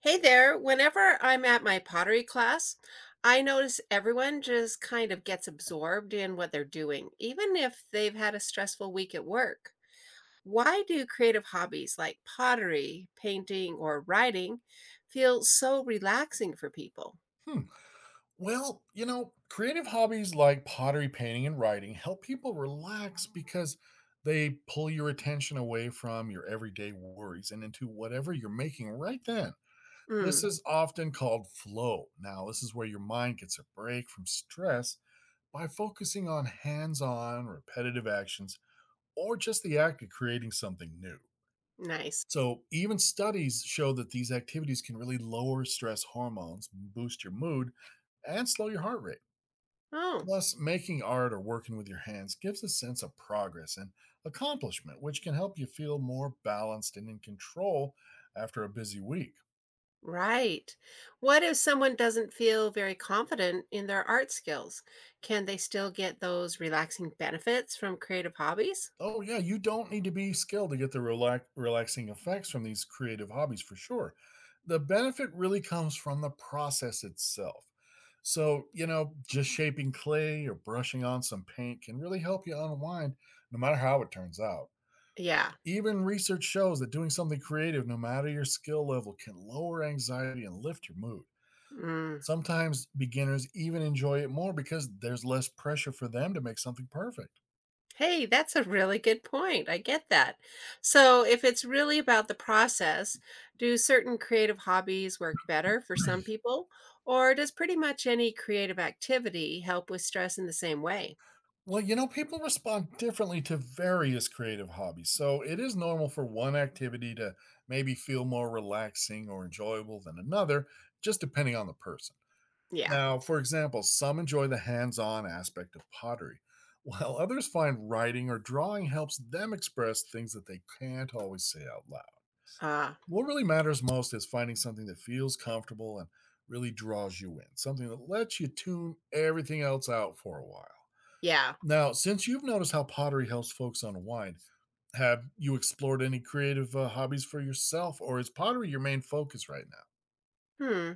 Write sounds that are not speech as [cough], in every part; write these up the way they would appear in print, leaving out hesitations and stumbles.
Hey there. Whenever I'm at my pottery class, I notice everyone just kind of gets absorbed in what they're doing, even if they've had a stressful week at work. Why do creative hobbies like pottery, painting, or writing feel so relaxing for people? Hmm. Well, creative hobbies like pottery, painting, and writing help people relax because they pull your attention away from your everyday worries and into whatever you're making right then. This Mm, is often called flow. Now, this is where your mind gets a break from stress by focusing on hands on, repetitive actions, or just the act of creating something new. nice. So, even studies show that these activities can really lower stress hormones, boost your mood, and slow your heart rate. Oh, Plus, making art or working with your hands gives a sense of progress and accomplishment, which can help you feel more balanced and in control after a busy week. right. What if someone doesn't feel very confident in their art skills? Can they still get those relaxing benefits from creative hobbies? Oh, yeah, you don't need to be skilled to get the relaxing effects from these creative hobbies for sure. The benefit really comes from the process itself. So, just shaping clay or brushing on some paint can really help you unwind no matter how it turns out. Yeah. Even research shows that doing something creative, no matter your skill level, can lower anxiety and lift your mood. Mm. Sometimes beginners even enjoy it more because there's less pressure for them to make something perfect. Hey, that's a really good point. I get that. So, if it's really about the process, do certain creative hobbies work better for some people? Or does pretty much any creative activity help with stress in the same way? Well, people respond differently to various creative hobbies, so it is normal for one activity to maybe feel more relaxing or enjoyable than another, just depending on the person. Yeah. Now, for example, some enjoy the hands on aspect of pottery, [laughs] while others find writing or drawing helps them express things that they can't always say out loud. Ah, What really matters most is finding something that feels comfortable and really draws you in, something that lets you tune everything else out for a while. yeah. Now, since you've noticed how pottery helps folks unwind, have you explored any creative hobbies for yourself, or is pottery your main focus right Hmm.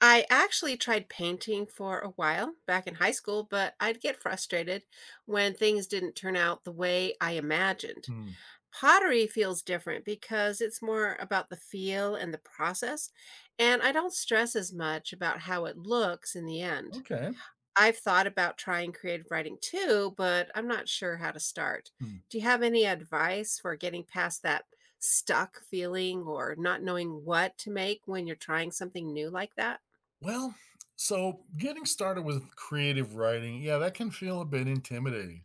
I actually tried painting for a while back in high school, but I'd get frustrated when things didn't turn out the way I imagined. now? Hmm. Pottery feels different because it's more about the feel and the process, and I don't stress as much about how it looks in the end. Okay. I've thought about trying creative writing too, but I'm not sure how to start. Do you have any advice for getting past that stuck feeling or not knowing what to make when you're trying something new like that? Well, so getting started with creative writing, yeah, that can feel a bit intimidating,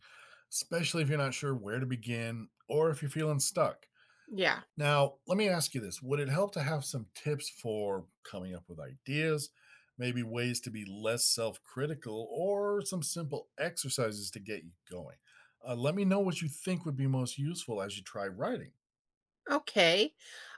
especially if you're not sure where to begin or if you're feeling stuck. Yeah. Now, let me ask you this. Would it help to have some tips for coming up with ideas, maybe ways to be less self critical, or some simple exercises to get you going? Let me know what you think would be most useful as you try writing. Okay.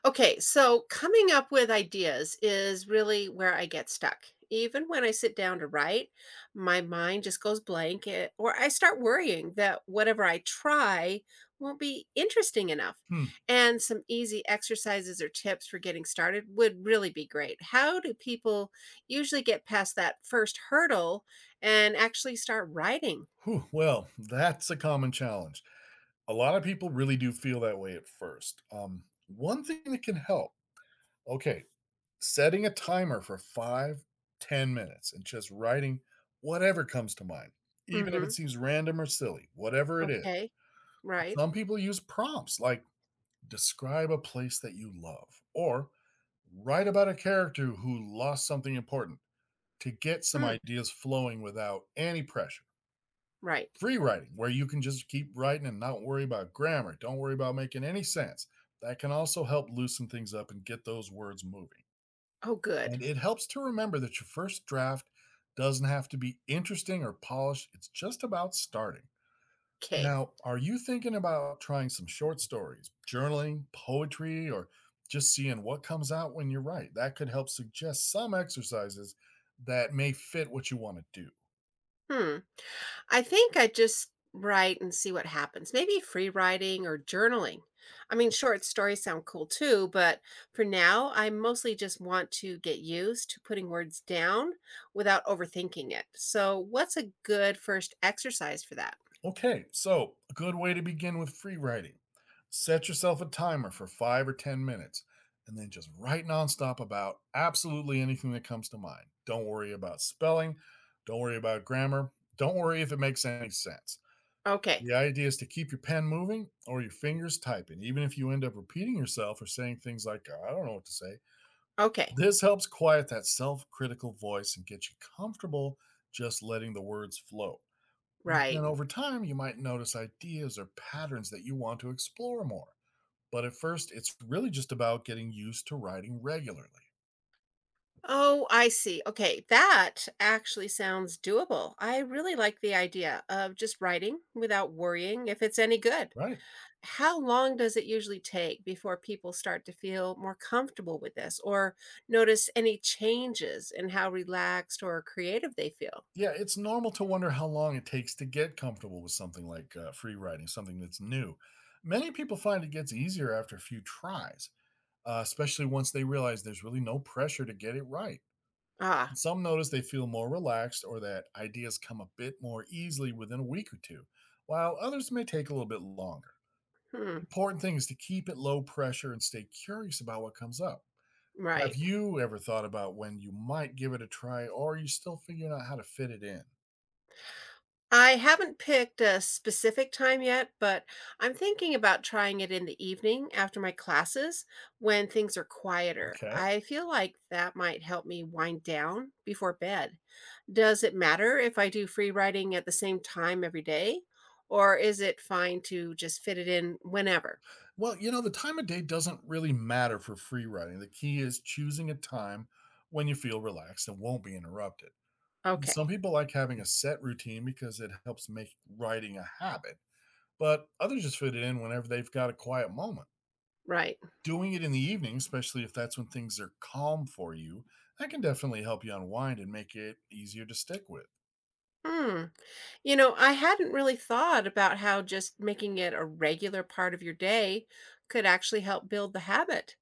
Okay, so coming up with ideas is really where I get stuck. Even when I sit down to write, my mind just goes blank or I start worrying that whatever I try won't be interesting enough. Hmm. And some easy exercises or tips for getting started would really be great. How do people usually get past that first hurdle and actually start writing? Whew, well, that's a common challenge. A lot of people really do feel that way at first. One thing that can help, okay, setting a timer for 5, 10 minutes and just writing whatever comes to mind, even if it Mhm. seems random or silly, whatever it is. Okay. Right. Some people use prompts like describe a place that you love or write about a character who lost something important to get some Hmm. ideas flowing without any pressure. Right. Free writing, where you can just keep writing and not worry about grammar, don't worry about making any sense, that can also help loosen things up and get those words moving. Oh, good. And it helps to remember that your first draft doesn't have to be interesting or polished. It's just about starting. Okay. Now, are you thinking about trying some short stories, journaling, poetry, or just seeing what comes out when you write? That could help suggest some exercises that may fit what you want to do. Hmm. I think I just write and see what happens. Maybe free writing or journaling. I mean, short stories sound cool too, but for now, I mostly just want to get used to putting words down without overthinking it. So, what's a good first exercise for that? Okay, so a good way to begin with free writing. Set yourself a timer for 5 or 10 minutes and then just write nonstop about absolutely anything that comes to mind. Don't worry about spelling. Don't worry about grammar. Don't worry if it makes any sense. Okay. The idea is to keep your pen moving or your fingers typing, even if you end up repeating yourself or saying things like, "I don't know what to say." Okay. This helps quiet that self critical voice and get you comfortable just letting the words flow. Then Right. over time, you might notice ideas or patterns that you want to explore more. But at first, it's really just about getting used to writing regularly, Oh, I see. Okay. That actually sounds doable. I really like the idea of just writing without worrying if it's any good. right? How long does it usually take before people start to feel more comfortable with this or notice any changes in how relaxed or creative they feel? Yeah, it's normal to wonder how long it takes to get comfortable with something like free writing, something that's new. Many people find it gets easier after a few tries, especially once they realize there's really no pressure to get it right. Ah, Some notice they feel more relaxed or that ideas come a bit more easily within a week or two, while others may take a little bit longer. hmm, Important thing is to keep it low pressure and stay curious about what comes up. Have right. you ever thought about when you might give it a try, or are you still figuring out how to fit it in? I haven't picked a specific time yet, but I'm thinking about trying it in the evening after my classes when things are quieter. Okay. I feel like that might help me wind down before bed. Does it matter if I do free writing at the same time every day, or is it fine to just fit it in whenever? Well, the time of day doesn't really matter for free writing. The key is choosing a time when you feel relaxed and won't be interrupted. Some Okay, people like having a set routine because it helps make writing a habit, but others just fit it in whenever they've got a quiet moment. right. Doing it in the evening, especially if that's when things are calm for you, that can definitely help you unwind and make it easier to stick with. Hmm. You know, I hadn't really thought about how just making it a regular part of your day could actually help build the habit.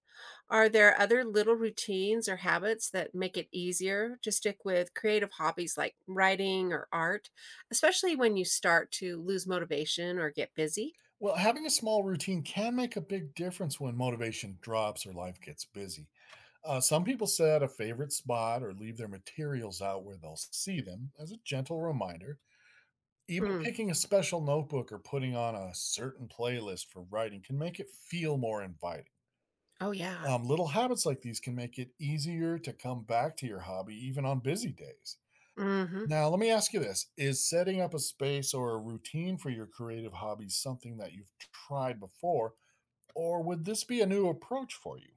Are there other little routines or habits that make it easier to stick with creative hobbies like writing or art, especially when you start to lose motivation or get busy? Well, having a small routine can make a big difference when motivation drops or life gets busy. Some people set a favorite spot or leave their materials out where they'll see them as a gentle reminder. Even Mm. picking a special notebook or putting on a certain playlist for writing can make it feel more inviting. Oh, yeah. Little habits like these can make it easier to come back to your hobby even on busy days. Hmm. Now, let me ask you this. Is setting up a space or a routine for your creative hobbies something that you've tried before, or would this be a new approach for you?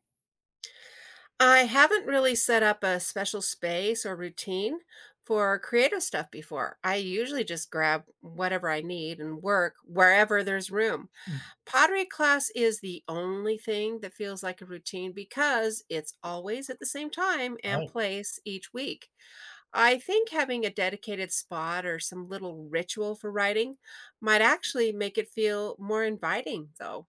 I haven't really set up a special space or routine for creative stuff before. I usually just grab whatever I need and work wherever there's room. Hmm. Pottery class is the only thing that feels like a routine because it's always at the same time and Right. place each week. I think having a dedicated spot or some little ritual for writing might actually make it feel more inviting, though.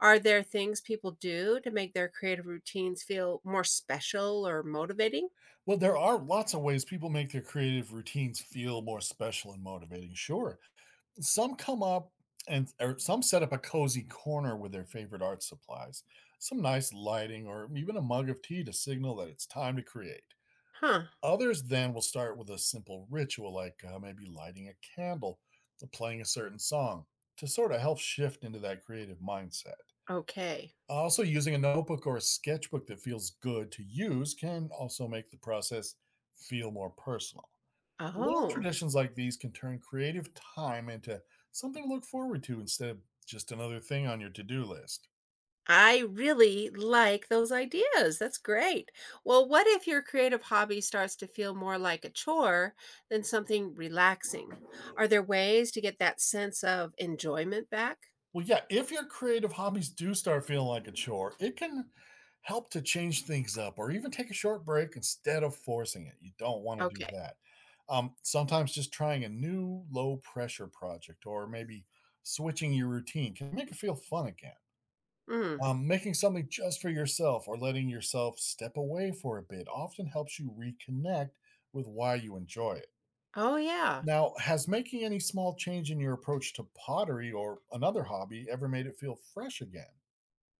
Are there things people do to make their creative routines feel more special or motivating? Well, there are lots of ways people make their creative routines feel more special and motivating. Sure. Some come up and or some set up a cozy corner with their favorite art supplies, some nice lighting, or even a mug of tea to signal that it's time to create. Huh, Others then will start with a simple ritual, like maybe lighting a candle or playing a certain song to sort of help shift into that creative mindset. okay. Also, using a notebook or a sketchbook that feels good to use can also make the process feel more personal. Little Oh. traditions like these can turn creative time into something to look forward to instead of just another thing on your to do list. I really like those ideas. That's great. Well, what if your creative hobby starts to feel more like a chore than something relaxing? Are there ways to get that sense of enjoyment back? Well, yeah, if your creative hobbies do start feeling like a chore, it can help to change things up or even take a short break instead of forcing it. You don't want to do Okay. that. Sometimes just trying a new low pressure project or maybe switching your routine can make it feel fun again. Mm. Making something just for yourself or letting yourself step away for a bit often helps you reconnect with why you enjoy it. Oh, yeah. Now, has making any small change in your approach to pottery or another hobby ever made it feel fresh again?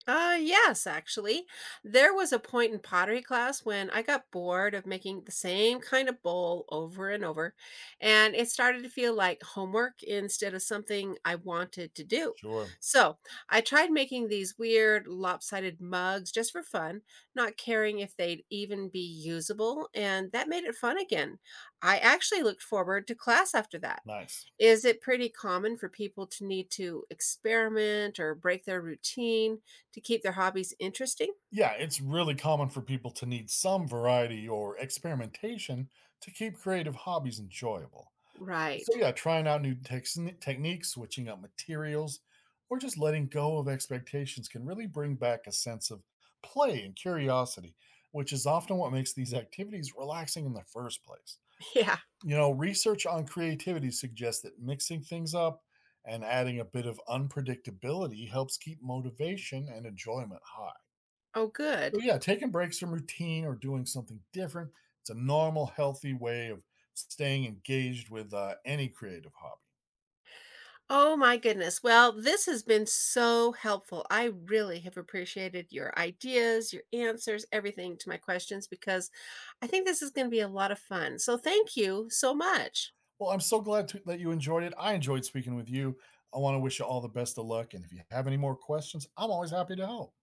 Yes, actually. There was a point in pottery class when I got bored of making the same kind of bowl over and over, and it started to feel like homework instead of something I wanted to do. Sure. So I tried making these weird lopsided mugs just for fun, not caring if they'd even be usable, and that made it fun again. I actually looked forward to class after that. Nice. Is it pretty common for people to need to experiment or break their routine to keep their hobbies interesting? Yeah, it's really common for people to need some variety or experimentation to keep creative hobbies enjoyable. Right. So, yeah, trying out new techniques, switching up materials, or just letting go of expectations can really bring back a sense of play and curiosity, which is often what makes these activities relaxing in the first place. [laughs] Yeah. You know, research on creativity suggests that mixing things up and adding a bit of unpredictability helps keep motivation and enjoyment high. Oh, So, good. yeah, taking breaks from routine or doing something different, it's a normal, healthy way of staying engaged with any creative hobby. Oh, my goodness. Well, this has been so helpful. I really have appreciated your ideas, your answers, everything to my questions, because I think this is going to be a lot of fun. So, thank you so much. Well, I'm so glad that you enjoyed it. I enjoyed speaking with you. I want to wish you all the best of luck. And if you have any more questions, I'm always happy to help.